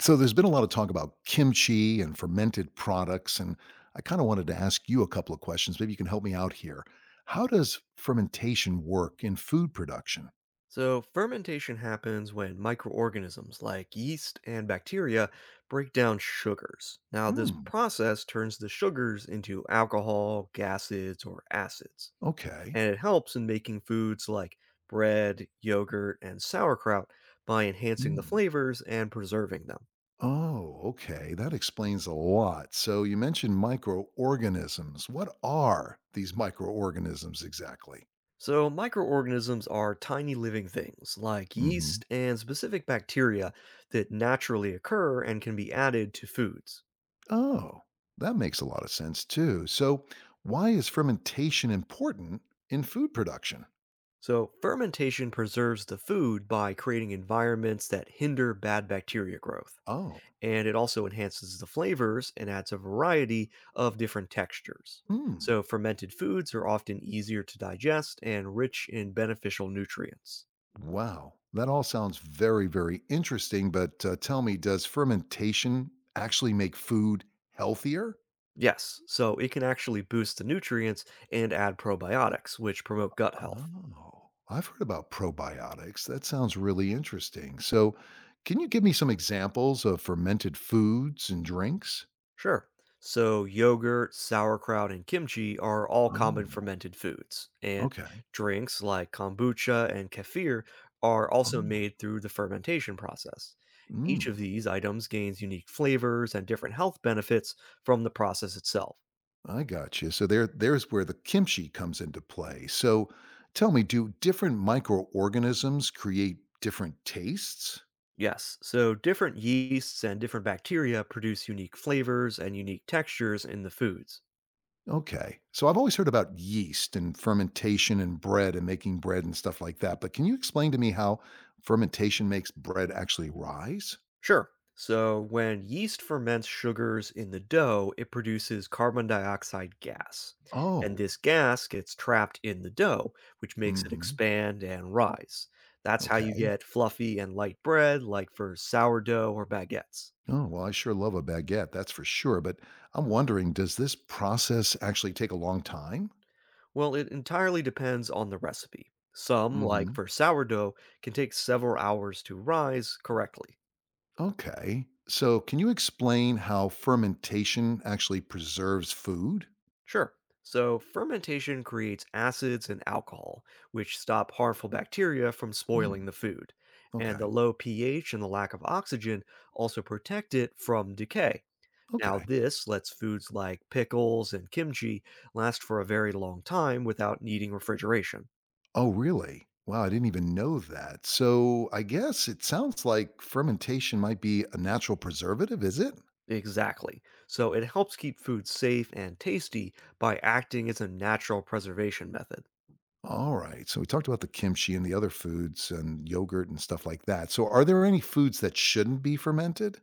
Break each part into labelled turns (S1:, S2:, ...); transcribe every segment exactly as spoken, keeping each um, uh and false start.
S1: So there's been a lot of talk about kimchi and fermented products, and I kind of wanted to ask you a couple of questions. Maybe you can help me out here. How does fermentation work in food production?
S2: So, fermentation happens when microorganisms like yeast and bacteria break down sugars. Now, this
S1: Hmm.
S2: process turns the sugars into alcohol, gases, or acids,
S1: Okay.
S2: and it helps in making foods like bread, yogurt, and sauerkraut by enhancing the
S1: Hmm.
S2: flavors and preserving them.
S1: Oh, okay. That explains a lot. So you mentioned microorganisms. What are these microorganisms exactly?
S2: So, microorganisms are tiny living things like
S1: Hmm.
S2: yeast and specific bacteria that naturally occur and can be added to foods.
S1: Oh, that makes a lot of sense too. So why is fermentation important in food production?
S2: So, fermentation preserves the food by creating environments that hinder bad bacteria growth.
S1: Oh,
S2: And it also enhances the flavors and adds a variety of different textures.
S1: hmm.
S2: So, fermented foods are often easier to digest and rich in beneficial nutrients.
S1: Wow. That all sounds very, very interesting, but uh, tell me, does fermentation actually make food healthier?
S2: Yes, so it can actually boost the nutrients and add probiotics, which promote gut health.
S1: Oh, I've heard about probiotics. That sounds really interesting. So, can you give me some examples of fermented foods and drinks?
S2: Sure. So, yogurt, sauerkraut, and kimchi are all common
S1: Oh,
S2: fermented foods, and
S1: okay.
S2: drinks like kombucha and kefir are also
S1: Oh,
S2: made through the fermentation process. Each
S1: mm,
S2: of these items gains unique flavors and different health benefits from the process itself.
S1: I got you. So there, there's where the kimchi comes into play. So, tell me, do different microorganisms create different tastes?
S2: Yes, so different yeasts and different bacteria produce unique flavors and unique textures in the foods.
S1: Okay. So I've always heard about yeast and fermentation and bread and making bread and stuff like that. But can you explain to me how fermentation makes bread actually rise?
S2: Sure. So, when yeast ferments sugars in the dough, it produces carbon dioxide gas. And
S1: Oh,
S2: this gas gets trapped in the dough, which makes it
S1: hmm.
S2: expand and rise. That's how you
S1: Okay.
S2: get fluffy and light bread, like for sourdough or baguettes.
S1: Oh, well, I sure love a baguette, that's for sure. But I'm wondering, does this process actually take a long time?
S2: Well, it entirely depends on the recipe. Some, like
S1: Hmm.
S2: for sourdough, can take several hours to rise correctly.
S1: Okay. So can you explain how fermentation actually preserves food?
S2: Sure. So, fermentation creates acids and alcohol, which stop harmful bacteria from spoiling
S1: Hmm.
S2: the food. And the
S1: Okay.
S2: low pH and the lack of oxygen also protect it from decay. Now,
S1: Okay.
S2: this lets foods like pickles and kimchi last for a very long time without needing refrigeration.
S1: Oh, really? Wow, I didn't even know that. So I guess it sounds like fermentation might be a natural preservative, is it?
S2: Exactly. So, it helps keep food safe and tasty by acting as a natural preservation method.
S1: All right. So we talked about the kimchi and the other foods and yogurt and stuff like that. So are there any foods that shouldn't be fermented?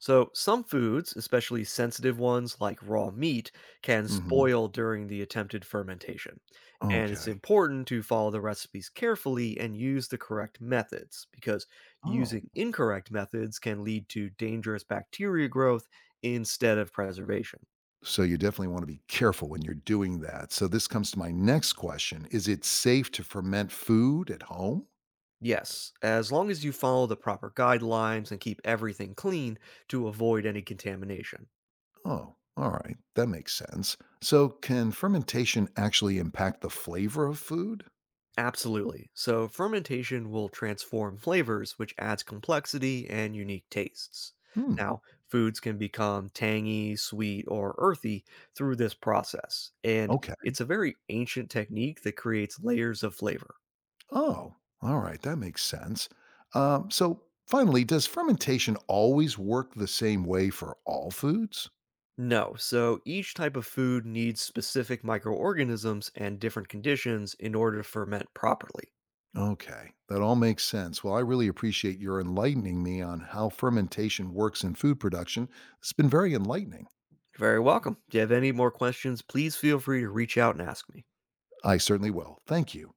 S2: So, some foods, especially sensitive ones like raw meat, can
S1: Hmm.
S2: spoil during the attempted fermentation. And it's
S1: Okay.
S2: important to follow the recipes carefully and use the correct methods because
S1: Oh,
S2: using incorrect methods can lead to dangerous bacteria growth instead of preservation.
S1: so you definitely want to be careful when you're doing that. So this comes to my next question. Is it safe to ferment food at home?
S2: Yes, as long as you follow the proper guidelines and keep everything clean to avoid any contamination.
S1: Oh, all right. That makes sense. So can fermentation actually impact the flavor of food?
S2: Absolutely. So, fermentation will transform flavors, which adds complexity and unique tastes.
S1: Hmm.
S2: Now, foods can become tangy, sweet, or earthy through this process, and
S1: Okay.
S2: it's a very ancient technique that creates layers of flavor.
S1: Oh, all right. That makes sense. Um, so, finally, does fermentation always work the same way for all foods?
S2: No, so each type of food needs specific microorganisms and different conditions in order to ferment properly.
S1: Okay. That all makes sense. Well, I really appreciate your enlightening me on how fermentation works in food production. It's been very enlightening.
S2: You're very welcome. If you have any more questions, please feel free to reach out and ask me.
S1: I certainly will. Thank you.